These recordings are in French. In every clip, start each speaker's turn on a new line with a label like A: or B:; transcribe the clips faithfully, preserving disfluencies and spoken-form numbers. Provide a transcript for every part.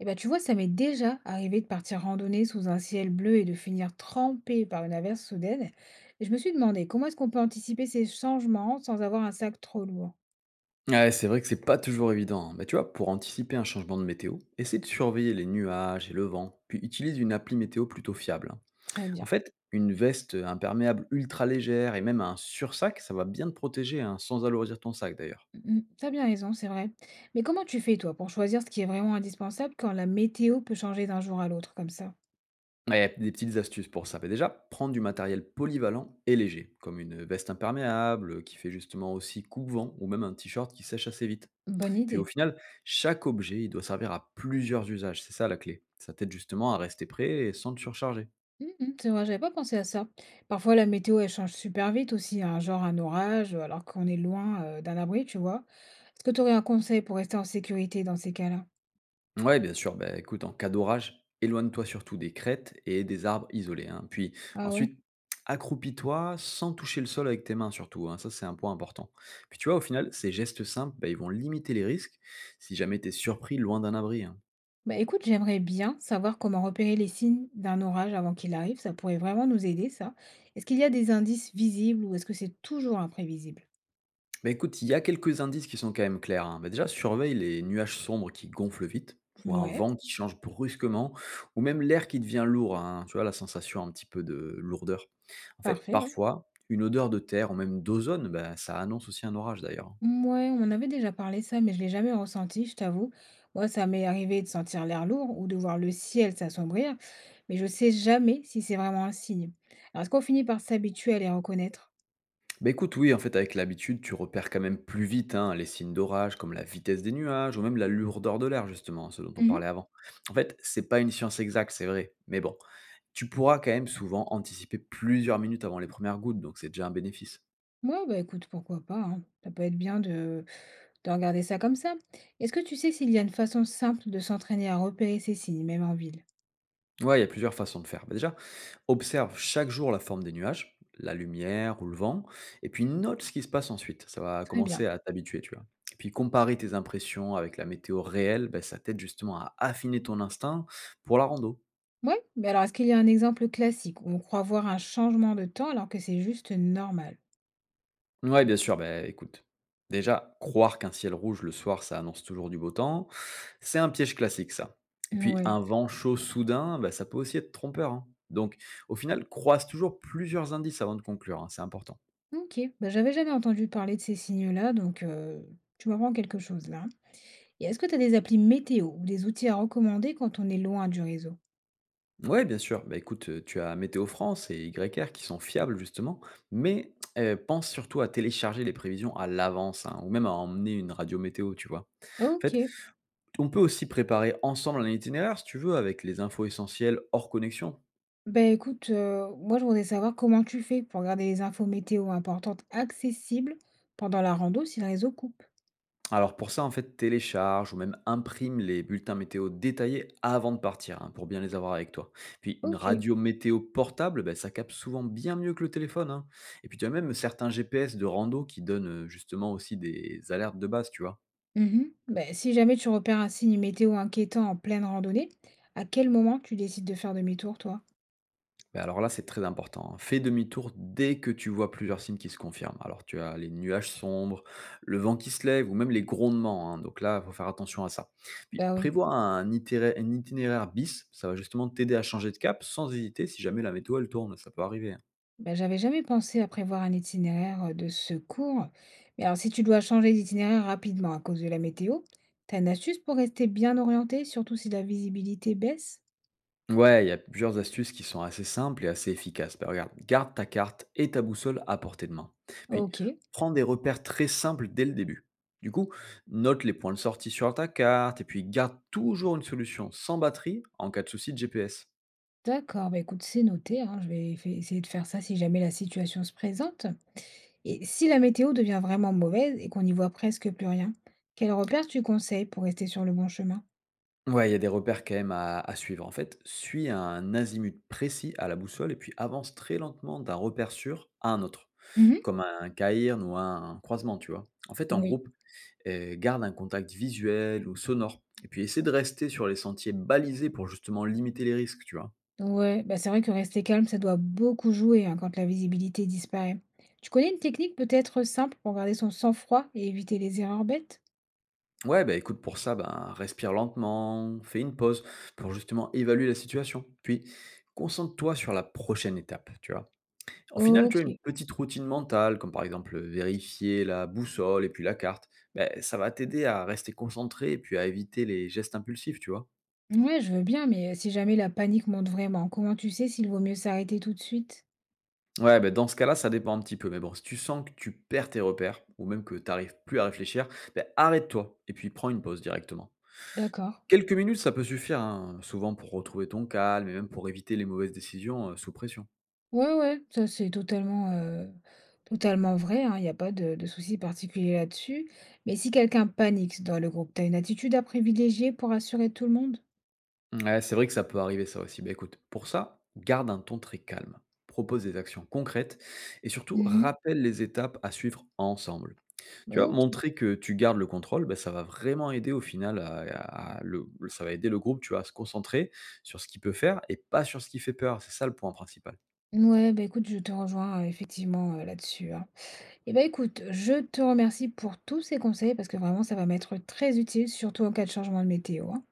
A: Eh ben, tu vois, ça m'est déjà arrivé de partir randonner sous un ciel bleu et de finir trempée par une averse soudaine. Et je me suis demandé comment est-ce qu'on peut anticiper ces changements sans avoir un sac trop lourd.
B: Ouais, c'est vrai que c'est pas toujours évident. Mais tu vois, pour anticiper un changement de météo, essaie de surveiller les nuages et le vent, puis utilise une appli météo plutôt fiable, hein.
A: Très
B: En
A: bien.
B: fait, une veste imperméable ultra légère et même un sursac, ça va bien te protéger hein, sans alourdir ton sac d'ailleurs.
A: Mhm, t'as bien raison, c'est vrai. Mais comment tu fais, toi, pour choisir ce qui est vraiment indispensable quand la météo peut changer d'un jour à l'autre comme ça?
B: Ouais, des petites astuces pour ça. Mais déjà, prendre du matériel polyvalent et léger, comme une veste imperméable qui fait justement aussi coupe-vent ou même un t-shirt qui sèche assez vite.
A: Bonne
B: Puis au
A: idée.
B: final, chaque objet, il doit servir à plusieurs usages. C'est ça la clé. Ça t'aide justement à rester prêt et sans te surcharger.
A: Mhm, c'est vrai, j'avais pas pensé à ça. Parfois, la météo, elle change super vite aussi, hein, genre un orage, euh, alors qu'on est loin, euh, d'un abri, tu vois. Est-ce que tu aurais un conseil pour rester en sécurité dans ces cas-là?
B: Ouais, bien sûr. Bah, écoute, en cas d'orage, éloigne-toi surtout des crêtes et des arbres isolés, hein. Puis
A: Ah ouais?
B: ensuite, accroupis-toi sans toucher le sol avec tes mains surtout, hein. Ça, c'est un point important. Puis tu vois, au final, ces gestes simples, bah, ils vont limiter les risques si jamais tu es surpris loin d'un abri, hein.
A: Bah écoute, j'aimerais bien savoir comment repérer les signes d'un orage avant qu'il arrive. Ça pourrait vraiment nous aider, ça. Est-ce qu'il y a des indices visibles ou est-ce que c'est toujours imprévisible?
B: Bah, écoute, il y a quelques indices qui sont quand même clairs, hein. Bah, déjà, surveille les nuages sombres qui gonflent vite, ou un
A: Ouais,
B: vent qui change brusquement, ou même l'air qui devient lourd, hein, tu vois, la sensation un petit peu de lourdeur. En fait,
A: parfait, ouais.
B: parfois, une odeur de terre ou même d'ozone, bah, ça annonce aussi un orage d'ailleurs.
A: Ouais, on en avait déjà parlé ça, mais je l'ai jamais ressenti, je t'avoue. Moi, ça m'est arrivé de sentir l'air lourd ou de voir le ciel s'assombrir, mais je sais jamais si c'est vraiment un signe. Alors, est-ce qu'on finit par s'habituer à les reconnaître?
B: Bah écoute, oui, en fait, avec l'habitude, tu repères quand même plus vite hein, les signes d'orage, comme la vitesse des nuages, ou même la lourdeur de l'air, justement, hein, ce dont on
A: Mhm.
B: parlait avant. En fait, c'est pas une science exacte, c'est vrai, mais bon, tu pourras quand même souvent anticiper plusieurs minutes avant les premières gouttes, donc c'est déjà un bénéfice.
A: Ouais, bah écoute, pourquoi pas, hein. Ça peut être bien de. De regarder ça comme ça. Est-ce que tu sais s'il y a une façon simple de s'entraîner à repérer ces signes, même en ville?
B: Ouais, il y a plusieurs façons de faire. Bah, déjà, observe chaque jour la forme des nuages, la lumière ou le vent, et puis note ce qui se passe ensuite. Ça va
A: Très
B: commencer
A: bien.
B: à t'habituer, tu vois. Et puis comparer tes impressions avec la météo réelle, bah, ça t'aide justement à affiner ton instinct pour la rando.
A: Ouais, mais alors est-ce qu'il y a un exemple classique où on croit voir un changement de temps alors que c'est juste normal?
B: Ouais, bien sûr, bah, écoute, déjà, croire qu'un ciel rouge le soir, ça annonce toujours du beau temps, c'est un piège classique, ça. Et puis, un
A: Ouais.
B: vent chaud soudain, bah, ça peut aussi être trompeur, hein. Donc, au final, croise toujours plusieurs indices avant de conclure, hein, c'est important.
A: Ok. Bah, j'avais jamais entendu parler de ces signes-là, donc euh, tu m'apprends quelque chose là. Et est-ce que tu as des applis météo ou des outils à recommander quand on est loin du réseau?
B: Oui, bien sûr, bah, écoute, euh, tu as Météo France et Y R qui sont fiables, justement, mais euh, pense surtout à télécharger les prévisions à l'avance, hein, ou même à emmener une radio météo, tu vois. En
A: Ok.
B: fait, on peut aussi préparer ensemble un itinéraire, si tu veux, avec les infos essentielles hors connexion.
A: Ben écoute, euh, moi je voudrais savoir comment tu fais pour garder les infos météo importantes accessibles pendant la rando si le réseau coupe.
B: Alors pour ça, en fait, télécharge ou même imprime les bulletins météo détaillés avant de partir, hein, pour bien les avoir avec toi. Puis une
A: Ok.
B: radio météo portable, ben, ça capte souvent bien mieux que le téléphone, hein. Et puis tu as même certains G P S de rando qui donnent euh, justement aussi des alertes de base, tu vois.
A: Mmh. Ben si jamais tu repères un signe météo inquiétant en pleine randonnée, à quel moment tu décides de faire demi-tour, toi?
B: Mais alors là, c'est très important, hein. Fais demi-tour dès que tu vois plusieurs signes qui se confirment. Alors, tu as les nuages sombres, le vent qui se lève ou même les grondements, hein. Donc là, il faut faire attention à ça. Puis,
A: Bah oui,
B: prévois un itéra- un itinéraire bis. Ça va justement t'aider à changer de cap sans hésiter si jamais la météo, elle tourne. Ça peut arriver, hein.
A: bah, j'avais jamais pensé à prévoir un itinéraire, heu, de secours. Mais alors si tu dois changer d'itinéraire rapidement à cause de la météo, t'as une astuce pour rester bien orienté, surtout si la visibilité baisse?
B: Ouais, il y a plusieurs astuces qui sont assez simples et assez efficaces. Bah, regarde, garde ta carte et ta boussole à portée de main. Puis,
A: OK,
B: prends des repères très simples dès le début. Du coup, note les points de sortie sur ta carte et puis garde toujours une solution sans batterie en cas de souci de G P S.
A: d'accord, bah, écoute, c'est noté, hein, je vais fai essayer de faire ça si jamais la situation se présente. Et si la météo devient vraiment mauvaise et qu'on n'y voit presque plus rien, quel repère tu conseilles pour rester sur le bon chemin?
B: Ouais, il y a des repères quand même à, à suivre. En fait, suis un azimut précis à la boussole et puis avance très lentement d'un repère sûr à un autre,
A: Mhm, mh.
B: comme un cairn ou un croisement, tu vois. En fait, en
A: Oui.
B: groupe, Heu, garde un contact visuel ou sonore et puis essaie de rester sur les sentiers balisés pour justement limiter les risques, tu vois?
A: Ouais, bah, c'est vrai que rester calme, ça doit beaucoup jouer, hein, quand la visibilité disparaît. Tu connais une technique peut-être simple pour garder son sang-froid et éviter les erreurs bêtes?
B: Ouais, bah, écoute, pour ça, ben, respire lentement, fais une pause pour justement évaluer la situation. Puis concentre-toi sur la prochaine étape, tu vois? Au final, tu as une
A: OK.
B: petite routine mentale comme par exemple, vérifier la boussole et puis la carte, ben ça va t'aider à rester concentré et puis à éviter les gestes impulsifs, tu vois?
A: Ouais, je veux bien, mais euh, si jamais la panique monte vraiment, comment tu sais s'il vaut mieux s'arrêter tout de suite?
B: Ouais, ben dans ce cas-là, ça dépend un petit peu. Mais bon, si tu sens que tu perds tes repères ou même que tu arrives plus à réfléchir, ben arrête-toi et puis prends une pause directement.
A: D'accord.
B: Quelques minutes, ça peut suffire, hein, souvent pour retrouver ton calme et même pour éviter les mauvaises décisions euh, sous pression.
A: Ouais, ouais, ça c'est totalement, heu, totalement vrai, hein, il y a pas de de souci particulier là-dessus. Mais si quelqu'un panique dans le groupe, t'as une attitude à privilégier pour rassurer tout le monde?
B: Ouais, c'est vrai que ça peut arriver ça aussi. Bah écoute, pour ça, garde un ton très calme, propose des actions concrètes et surtout
A: Mhm.
B: rappelle les étapes à suivre ensemble. Tu vois?
A: OK.
B: Montrer que tu gardes le contrôle, ben ça va vraiment aider au final à à à le ça va aider le groupe, tu vois, à se concentrer sur ce qu'il peut faire et pas sur ce qui fait peur. C'est ça le point principal.
A: Ouais, bah, écoute, je te rejoins, heu, effectivement, heu, là-dessus, hein. Et bah, écoute, je te remercie pour tous ces conseils parce que vraiment ça va m'être très utile, surtout en cas de changement de météo, hein.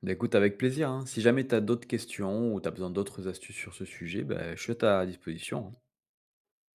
B: Bah, écoute avec plaisir, hein. Si jamais tu as d'autres questions ou tu as besoin d'autres astuces sur ce sujet, ben je suis à ta disposition, hein.